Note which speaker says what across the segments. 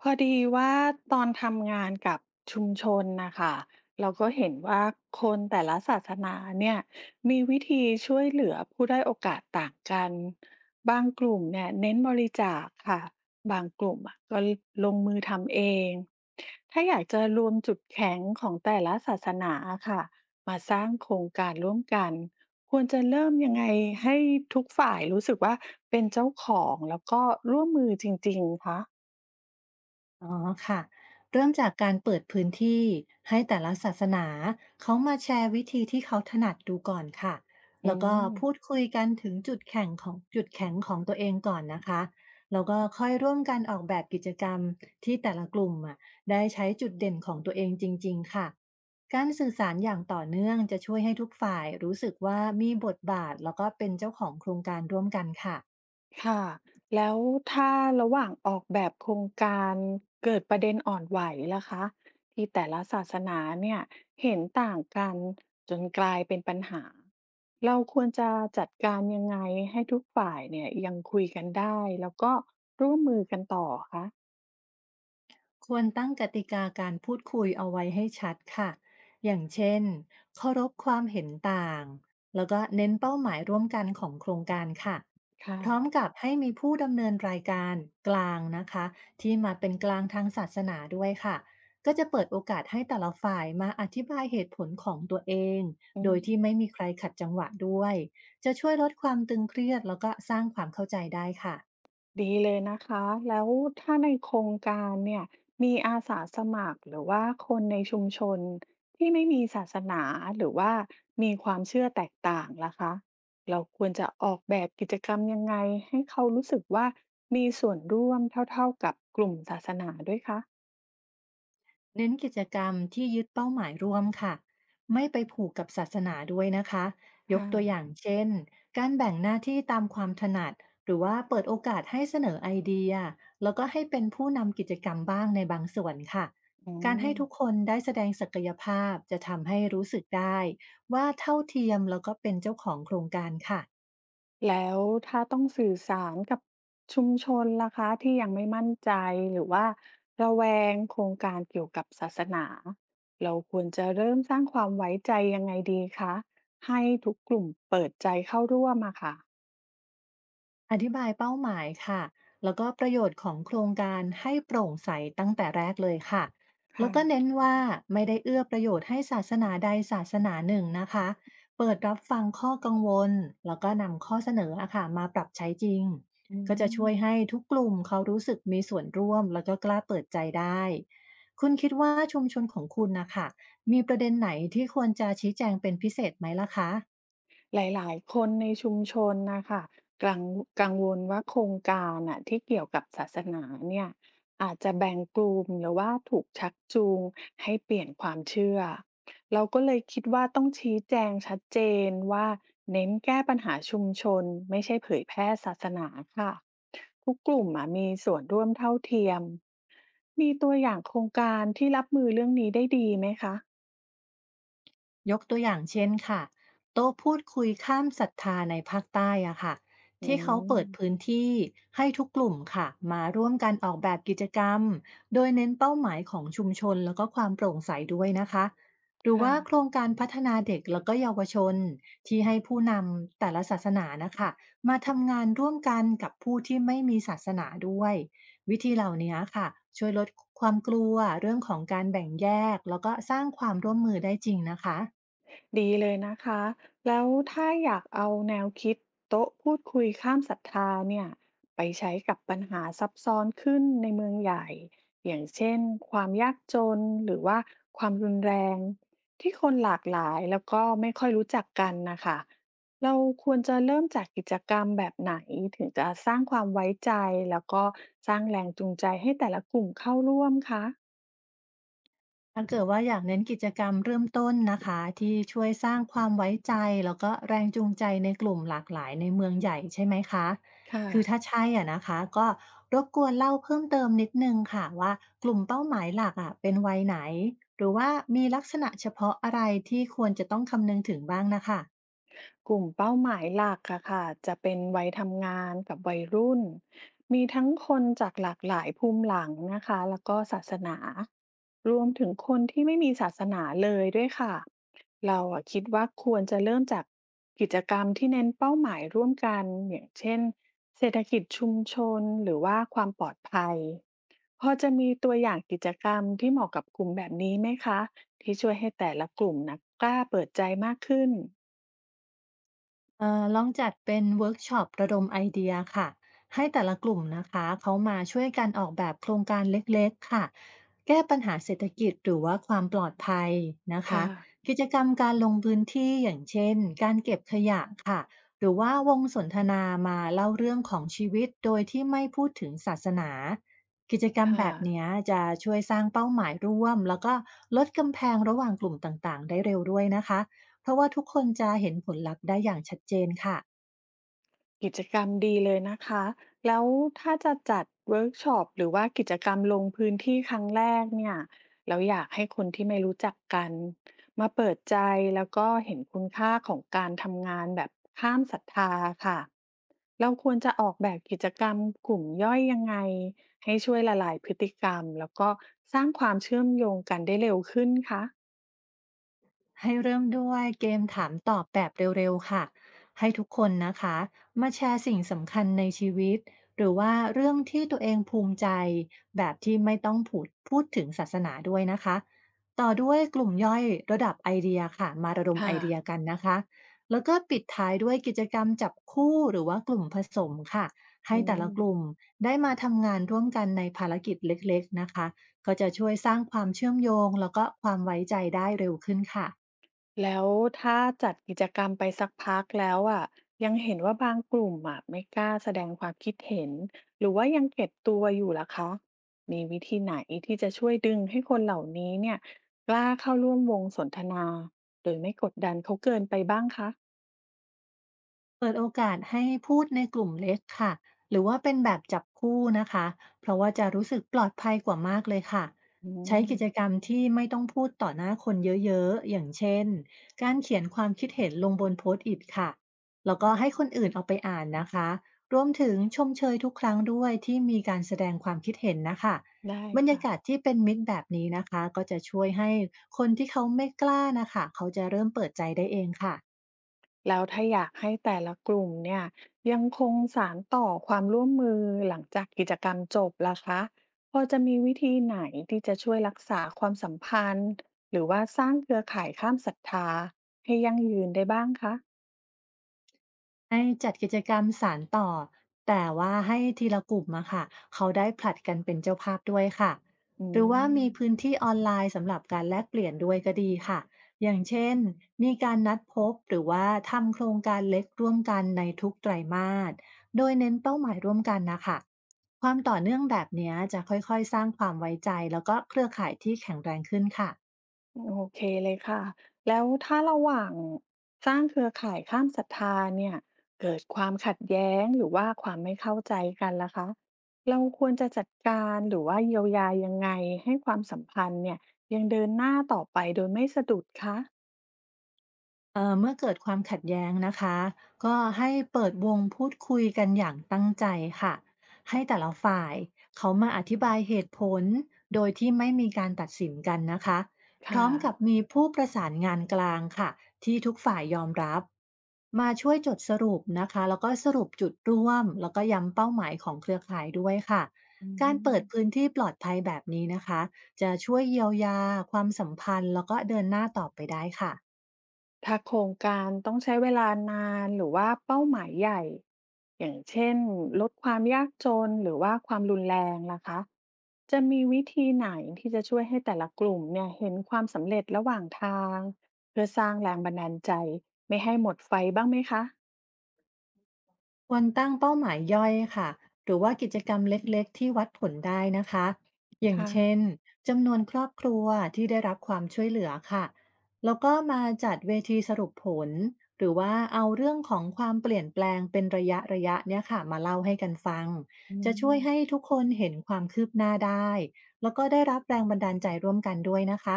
Speaker 1: พอดีว่าตอนทำงานกับชุมชนนะคะเราก็เห็นว่าคนแต่ละศาสนาเนี่ยมีวิธีช่วยเหลือผู้ได้อยโอกาสต่างกันบางกลุ่มเนี่ยเน้นบริจาคค่ะบางกลุ่มอะก็ลงมือทำเองถ้าอยากจะรวมจุดแข็งของแต่ละศาสนาค่ะมาสร้างโครงการร่วมกันควรจะเริ่มยังไงให้ทุกฝ่ายรู้สึกว่าเป็นเจ้าของแล้วก็ร่วมมือจริงๆคะ
Speaker 2: อ๋อค่ะเริ่มจากการเปิดพื้นที่ให้แต่ละศาสนาเขามาแชร์วิธีที่เขาถนัดดูก่อนค่ะ
Speaker 1: อื
Speaker 2: แล้วก็
Speaker 1: ม
Speaker 2: พูดคุยกันถึงจุดแข็งของตัวเองก่อนนะคะแล้วก็ค่อยร่วมกันออกแบบกิจกรรมที่แต่ละกลุ่มอ่ะได้ใช้จุดเด่นของตัวเองจริงๆค่ะการสื่อสารอย่างต่อเนื่องจะช่วยให้ทุกฝ่ายรู้สึกว่ามีบทบาทแล้วก็เป็นเจ้าของโครงการร่วมกันค่ะ
Speaker 1: ค่ะแล้วถ้าระหว่างออกแบบโครงการเกิดประเด็นอ่อนไหวล่ะคะที่แต่ละศาสนาเนี่ยเห็นต่างกันจนกลายเป็นปัญหาเราควรจะจัดการยังไงให้ทุกฝ่ายเนี่ยยังคุยกันได้แล้วก็ร่วมมือกันต่อคะ
Speaker 2: ควรตั้งกติกาการพูดคุยเอาไว้ให้ชัดค่ะอย่างเช่นเคารพความเห็นต่างแล้วก็เน้นเป้าหมายร่วมกันของโครงการค่ะ
Speaker 1: ค่ะ
Speaker 2: พร้อมกับให้มีผู้ดำเนินรายการกลางนะคะที่มาเป็นกลางทางศาสนาด้วยค่ะก็จะเปิดโอกาสให้แต่ละฝ่ายมาอธิบายเหตุผลของตัวเอง
Speaker 1: อื
Speaker 2: โดยที่ไม่
Speaker 1: ม
Speaker 2: มีใครขัดจังหวะด้วยจะช่วยลดความตึงเครียดแล้วก็สร้างความเข้าใจได้ค่ะ
Speaker 1: ดีเลยนะคะแล้วถ้าในโครงการเนี่ยมีอาสาสมัครหรือว่าคนในชุมชนที่ไม่มีศาสนาหรือว่ามีความเชื่อแตกต่างล่ะคะเราควรจะออกแบบกิจกรรมยังไงให้เขารู้สึกว่ามีส่วนร่วมเท่าๆกับกลุ่มศาสนาด้วยคะ
Speaker 2: เน้นกิจกรรมที่ยึดเป้าหมายร่วมค่ะไม่ไปผูกกับศาสนาด้วยนะคะยก
Speaker 1: ค่ะ
Speaker 2: ตัวอย่างเช่นการแบ่งหน้าที่ตามความถนัดหรือว่าเปิดโอกาสให้เสนอไอเดียแล้วก็ให้เป็นผู้นำกิจกรรมบ้างในบางส่วนค่ะ
Speaker 1: อื
Speaker 2: การให้
Speaker 1: ม
Speaker 2: ทุกคนได้แสดงศักยภาพจะทำให้รู้สึกได้ว่าเท่าเทียมแล้วก็เป็นเจ้าของโครงการค่ะ
Speaker 1: แล้วถ้าต้องสื่อสารกับชุมชนล่ะคะที่ยังไม่มั่นใจหรือว่าระแวงโครงการเกี่ยวกับศาสนาเราควรจะเริ่มสร้างความไว้ใจยังไงดีคะให้ทุกกลุ่มเปิดใจเข้าร่วมอะค่ะ
Speaker 2: อธิบายเป้าหมายค่ะแล้วก็ประโยชน์ของโครงการให้โปร่งใสตั้งแต่แรกเลยค่ะแล้
Speaker 1: ค่ะ
Speaker 2: วก็เน้นว่าไม่ได้เอื้อประโยชน์ให้ศาสนาใดศาสนาหนึ่งนะคะเปิดรับฟังข้อกังวลแล้วก็นำข้อเสนออะค่ะมาปรับใช้จริง
Speaker 1: อื
Speaker 2: ก็จะช่วย
Speaker 1: ม
Speaker 2: ให้ทุกกลุ่มเขารู้สึกมีส่วนร่วมแล้วก็กล้าเปิดใจได้คุณคิดว่าชุมชนของคุณนะคะมีประเด็นไหนที่ควรจะชี้แจงเป็นพิเศษไหมล่ะคะ
Speaker 1: หลายๆคนในชุมชนนะคะกังกังวลว่าโครงการน่ะที่เกี่ยวกับศาสนาเนี่ยอาจจะแบ่งกลุ่มหรือว่าถูกชักจูงให้เปลี่ยนความเชื่อเราก็เลยคิดว่าต้องชี้แจงชัดเจนว่าเน้นแก้ปัญหาชุมชนไม่ใช่เผยแพร่ศาสนาค่ะทุกกลุ่มอะมีส่วนร่วมเท่าเทียมมีตัวอย่างโครงการที่รับมือเรื่องนี้ได้ดีไหมคะ
Speaker 2: ยกตัวอย่างเช่นค่ะโต๊ะพูดคุยข้ามศรัทธาในภาคใต้อะค่ะ
Speaker 1: อื
Speaker 2: ที่เขาเปิดพื้
Speaker 1: ม
Speaker 2: นที่ให้ทุกกลุ่มค่ะมาร่วมกันออกแบบกิจกรรมโดยเน้นเป้าหมายของชุมชนแล้วก็ความโปร่งใสด้วยนะคะหรือ
Speaker 1: ค่ะ
Speaker 2: ว่าโครงการพัฒนาเด็กแล้วก็เยาวชนที่ให้ผู้นำแต่ละศาสนานะคะมาทำงานร่วมกันกับผู้ที่ไม่มีศาสนาด้วยวิธีเหล่านี้ค่ะช่วยลดความกลัวเรื่องของการแบ่งแยกแล้วก็สร้างความร่วมมือได้จริงนะคะ
Speaker 1: ดีเลยนะคะ แล้วถ้าอยากเอาแนวคิดโต๊ะพูดคุยข้ามศรัทธาเนี่ยไปใช้กับปัญหาซับซ้อนขึ้นในเมืองใหญ่อย่างเช่นความยากจนหรือว่าความรุนแรงที่คนหลากหลายแล้วก็ไม่ค่อยรู้จักกันนะคะเราควรจะเริ่มจากกิจกรรมแบบไหนถึงจะสร้างความไว้ใจแล้วก็สร้างแรงจูงใจให้แต่ละกลุ่มเข้าร่วมคะ
Speaker 2: ถ้าเกิดว่าอยากเน้นกิจกรรมเริ่มต้นนะคะที่ช่วยสร้างความไว้ใจแล้วก็แรงจูงใจในกลุ่มหลากหลายในเมืองใหญ่ใช่ไหมคะ
Speaker 1: ค่ะ
Speaker 2: คือถ้าใช่อะนะคะก็รบกวนเล่าเพิ่มเติมนิดนึงค่ะว่ากลุ่มเป้าหมายหลักอะเป็นวัยไหนหรือว่ามีลักษณะเฉพาะอะไรที่ควรจะต้องคำนึงถึงบ้างนะคะ
Speaker 1: กลุ่มเป้าหมายหลักอะค่ะจะเป็นวัยทำงานกับวัยรุ่นมีทั้งคนจากหลากหลายภูมิหลังนะคะแล้วก็ศาสนารวมถึงคนที่ไม่มีศาสนาเลยด้วยค่ะเราอะคิดว่าควรจะเริ่มจากกิจกรรมที่เน้นเป้าหมายร่วมกันอย่างเช่นเศรษฐกิจชุมชนหรือว่าความปลอดภัยพอจะมีตัวอย่างกิจกรรมที่เหมาะกับกลุ่มแบบนี้ไหมคะที่ช่วยให้แต่ละกลุ่มนะกล้าเปิดใจมากขึ้น
Speaker 2: ลองจัดเป็นเวิร์กช็อประดมไอเดียค่ะให้แต่ละกลุ่มนะคะเขามาช่วยกันออกแบบโครงการเล็กๆค่ะแก้ปัญหาเศรษฐกิจหรือว่าความปลอดภัยนะคะ
Speaker 1: ค่ะ
Speaker 2: กิจกรรมการลงพื้นที่อย่างเช่นการเก็บขยะค่ะหรือว่าวงสนทนามาเล่าเรื่องของชีวิตโดยที่ไม่พูดถึงศาสนากิจกรรมแบ
Speaker 1: ค่ะ
Speaker 2: บเนี้ยจะช่วยสร้างเป้าหมายร่วมแล้วก็ลดกำแพงระหว่างกลุ่มต่างๆได้เร็วด้วยนะคะ เพราะว่าทุกคนจะเห็นผลลัพธ์ได้อย่างชัดเจนค่ะ
Speaker 1: กิจกรรมดีเลยนะคะแล้วถ้าจะจัดเวิร์กช็อปหรือว่ากิจกรรมลงพื้นที่ครั้งแรกเนี่ยเราอยากให้คนที่ไม่รู้จักกันมาเปิดใจแล้วก็เห็นคุณค่าของการทำงานแบบข้ามศรัทธาค่ะเราควรจะออกแบบกิจกรรมกลุ่มย่อยยังไงให้ช่วยละลายพฤติกรรมแล้วก็สร้างความเชื่อมโยงกันได้เร็วขึ้นคะ
Speaker 2: ให้เริ่มด้วยเกมถามตอบแบบเร็วๆค่ะให้ทุกคนนะคะมาแชร์สิ่งสำคัญในชีวิตหรือว่าเรื่องที่ตัวเองภูมิใจแบบที่ไม่ต้องพูดถึงศาสนาด้วยนะคะ ต่อด้วยกลุ่มย่อยระดับไอเดียค่ะ มาระดมไอ
Speaker 1: ค่ะ
Speaker 2: เดียกันนะคะแล้วก็ปิดท้ายด้วยกิจกรรมจับคู่หรือว่ากลุ่มผสมค่ะ ให้
Speaker 1: อื
Speaker 2: แต่
Speaker 1: ม
Speaker 2: ละกลุ่มได้มาทำงานร่วมกันในภารกิจเล็กๆนะคะก็จะช่วยสร้างความเชื่อมโยงแล้วก็ความไว้ใจได้เร็วขึ้นค่ะ
Speaker 1: แล้วถ้าจัดกิจกรรมไปสักพักแล้วอ่ะยังเห็นว่าบางกลุ่มอ่ะไม่กล้าแสดงความคิดเห็นหรือว่ายังเก็บตัวอยู่ล่ะคะมีวิธีไหนที่จะช่วยดึงให้คนเหล่านี้เนี่ยกล้าเข้าร่วมวงสนทนาโดยไม่กดดันเขาเกินไปบ้างคะ
Speaker 2: เปิดโอกาสให้พูดในกลุ่มเล็กค่ะหรือว่าเป็นแบบจับคู่นะคะเพราะว่าจะรู้สึกปลอดภัยกว่ามากเลยค่ะ
Speaker 1: อื
Speaker 2: ใช้
Speaker 1: ม
Speaker 2: กิจกรรมที่ไม่ต้องพูดต่อหน้าคนเยอะๆอย่างเช่นการเขียนความคิดเห็นลงบนโพสต์อิทค่ะแล้วก็ให้คนอื่นเอาไปอ่านนะคะรวมถึงชมเชยทุกครั้งด้วยที่มีการแสดงความคิดเห็นนะคะ
Speaker 1: ได้
Speaker 2: บรรยา
Speaker 1: ค่ะ
Speaker 2: กาศที่เป็นมิตรแบบนี้นะคะก็จะช่วยให้คนที่เขาไม่กล้านะคะเขาจะเริ่มเปิดใจได้เองค่ะ
Speaker 1: แล้วถ้าอยากให้แต่ละกลุ่มเนี่ยยังคงสานต่อความร่วมมือหลังจากกิจกรรมจบล่ะคะพอจะมีวิธีไหนที่จะช่วยรักษาความสัมพันธ์หรือว่าสร้างเครือข่ายข้ามศรัทธาให้ยั่งยืนได้บ้างคะ
Speaker 2: ให้จัดกิจกรรมสานต่อแต่ว่าให้ทีละกลุ่มอะค่ะเขาได้ผลัดกันเป็นเจ้าภาพด้วยค่ะ
Speaker 1: อื
Speaker 2: หรือว่า
Speaker 1: ม
Speaker 2: มีพื้นที่ออนไลน์สำหรับการแลกเปลี่ยนด้วยก็ดีค่ะอย่างเช่นมีการนัดพบหรือว่าทำโครงการเล็กร่วมกันในทุกไตรมาสโดยเน้นเป้าหมายร่วมกันนะคะความต่อเนื่องแบบเนี้ยจะค่อยๆสร้างความไว้ใจแล้วก็เครือข่ายที่แข็งแรงขึ้นค่ะ
Speaker 1: โอเคเลยค่ะแล้วถ้าระหว่างสร้างเครือข่ายข้ามศรัทธาเนี่ยเกิดความขัดแย้งหรือว่าความไม่เข้าใจกันล่ะคะเราควรจะจัดการหรือว่าเยียวยายังไงให้ความสัมพันธ์เนี่ยยังเดินหน้าต่อไปโดยไม่สะดุดคะ
Speaker 2: เมื่อเกิดความขัดแย้งนะคะก็ให้เปิดวงพูดคุยกันอย่างตั้งใจค่ะให้แต่ละฝ่ายเขามาอธิบายเหตุผลโดยที่ไม่มีการตัดสินกันนะคะพ
Speaker 1: ค่ะ
Speaker 2: ร้อมกับมีผู้ประสานงานกลางค่ะที่ทุกฝ่ายยอมรับมาช่วยจดสรุปนะคะแล้วก็สรุปจุดร่วมแล้วก็ย้ำเป้าหมายของเครือข่ายด้วยค่ะ
Speaker 1: อื
Speaker 2: การเปิดพื้น
Speaker 1: ม
Speaker 2: ที่ปลอดภัยแบบนี้นะคะจะช่วยเยียวยาความสัมพันธ์แล้วก็เดินหน้าต่อไปได้ค่ะ
Speaker 1: ถ้าโครงการต้องใช้เวลานานหรือว่าเป้าหมายใหญ่อย่างเช่นลดความยากจนหรือว่าความรุนแรงล่ะคะจะมีวิธีไหนที่จะช่วยให้แต่ละกลุ่มเนี่ยเห็นความสำเร็จระหว่างทางเพื่อสร้างแรงบันดาลใจไม่ให้หมดไฟบ้างไหมคะ
Speaker 2: ควรตั้งเป้าหมายย่อยค่ะหรือว่ากิจกรรมเล็กๆที่วัดผลได้นะคะอย่าง
Speaker 1: ค่ะ
Speaker 2: เช่นจำนวนครอบครัวที่ได้รับความช่วยเหลือค่ะแล้วก็มาจัดเวทีสรุปผลหรือว่าเอาเรื่องของความเปลี่ยนแปลงเป็นระยะระยะเนี่ยค่ะมาเล่าให้กันฟัง
Speaker 1: อื
Speaker 2: จะช่วยให้
Speaker 1: ม
Speaker 2: ทุกคนเห็นความคืบหน้าได้แล้วก็ได้รับแรงบันดาลใจร่วมกันด้วยนะคะ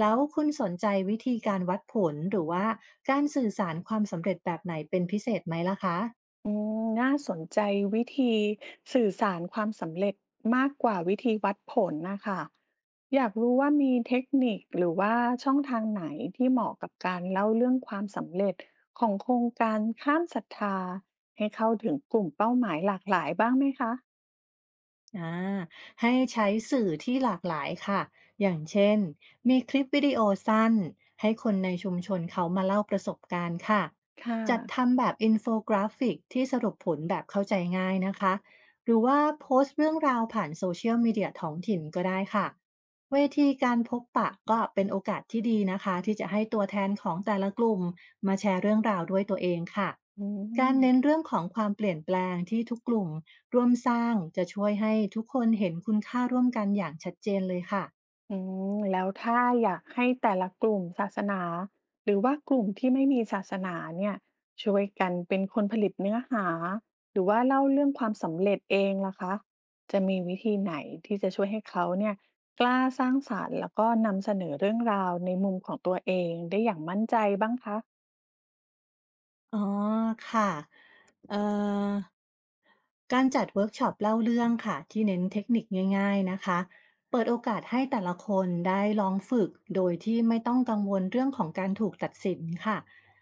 Speaker 2: แล้วคุณสนใจวิธีการวัดผลหรือว่าการสื่อสารความสำเร็จแบบไหนเป็นพิเศษไหมล่ะคะ
Speaker 1: อืมน่าสนใจวิธีสื่อสารความสำเร็จมากกว่าวิธีวัดผลนะคะอยากรู้ว่ามีเทคนิคหรือว่าช่องทางไหนที่เหมาะกับการเล่าเรื่องความสำเร็จของโครงการข้ามศรัทธาให้เข้าถึงกลุ่มเป้าหมายหลากหลายบ้างไหมคะ
Speaker 2: อาให้ใช้สื่อที่หลากหลายค่ะ อย่างเช่น มีคลิปวิดีโอสั้นให้คนในชุมชนเขามาเล่าประสบการณ์ค่ะ
Speaker 1: ค่ะ
Speaker 2: จัดทำแบบอินโฟกราฟิกที่สรุปผลแบบเข้าใจง่ายนะคะ หรือว่าโพสต์เรื่องราวผ่านโซเชียลมีเดียท้องถิ่นก็ได้ค่ะ เวทีการพบปะก็เป็นโอกาสที่ดีนะคะที่จะให้ตัวแทนของแต่ละกลุ่มมาแชร์เรื่องราวด้วยตัวเองค่ะ
Speaker 1: อื
Speaker 2: กา
Speaker 1: ม
Speaker 2: รเน้นเรื่องของความเปลี่ยนแปลงที่ทุกกลุ่ม ร่วมสร้างจะช่วยให้ทุกคนเห็นคุณค่าร่วมกันอย่างชัดเจนเลยค่ะ
Speaker 1: อืมแล้วถ้าอยากให้แต่ละกลุ่มศาสนาหรือว่ากลุ่มที่ไม่มีศาสนาเนี่ยช่วยกันเป็นคนผลิตเนื้อหาหรือว่าเล่าเรื่องความสำเร็จเองล่ะคะจะมีวิธีไหนที่จะช่วยให้เขาเนี่ยกล้าสร้างสรรค์แล้วก็นำเสนอเรื่องราวในมุมของตัวเองได้อย่างมั่นใจบ้างคะ
Speaker 2: อ๋อค่ะเอ่อ การจัดเวิร์กช็อปเล่าเรื่องค่ะที่เน้นเทคนิคง่ายๆนะคะเปิดโอกาสให้แต่ละคนได้ลองฝึกโดยที่ไม่ต้องกังวลเรื่องของการถูกตัดสินค่ะ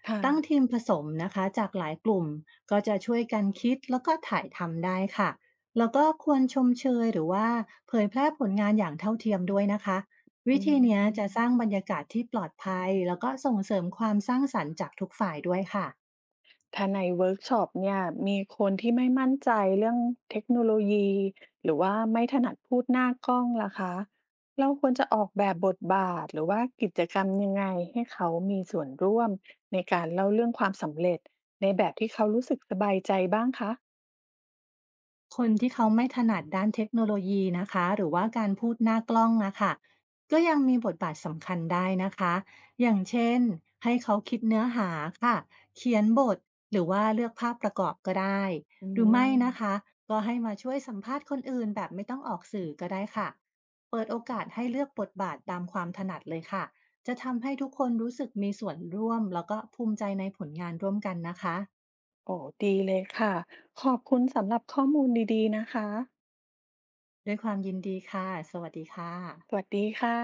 Speaker 1: ค่ะ
Speaker 2: ตั้งทีมผสมนะคะจากหลายกลุ่มก็จะช่วยกันคิดแล้วก็ถ่ายทำได้ค่ะแล้วก็ควรชมเชยหรือว่าเผยแพร่ผลงานอย่างเท่าเทียมด้วยนะคะวิ
Speaker 1: อื
Speaker 2: ธีเนี้ยจะสร้าง
Speaker 1: ม
Speaker 2: บรรยากาศที่ปลอดภัยแล้วก็ส่งเสริมความสร้างสรรค์จากทุกฝ่ายด้วยค่ะ
Speaker 1: ถ้าในเวิร์กช็อปเนี่ยมีคนที่ไม่มั่นใจเรื่องเทคโนโลยีหรือว่าไม่ถนัดพูดหน้ากล้องล่ะคะเราควรจะออกแบบบทบาทหรือว่ากิจกรรมยังไงให้เขามีส่วนร่วมในการเล่าเรื่องความสำเร็จในแบบที่เขารู้สึกสบายใจบ้างคะ
Speaker 2: คนที่เขาไม่ถนัดด้านเทคโนโลยีนะคะหรือว่าการพูดหน้ากล้องนะคะก็ยังมีบทบาทสำคัญได้นะคะอย่างเช่นให้เขาคิดเนื้อหาค่ะเขียนบทหรือว่าเลือกภาพประกอบก็ได้
Speaker 1: อื
Speaker 2: หรือไม่
Speaker 1: ม
Speaker 2: นะคะก็ให้มาช่วยสัมภาษณ์คนอื่นแบบไม่ต้องออกสื่อก็ได้ค่ะเปิดโอกาสให้เลือกบทบาทตามความถนัดเลยค่ะจะทำให้ทุกคนรู้สึกมีส่วนร่วมแล้วก็ภูมิใจในผลงานร่วมกันนะคะ
Speaker 1: โอ้ดีเลยค่ะขอบคุณสำหรับข้อมูลดีๆนะคะ
Speaker 2: ด้วยความยินดีค่ะสวัสดีค่ะ
Speaker 1: สวัสดีค่ะ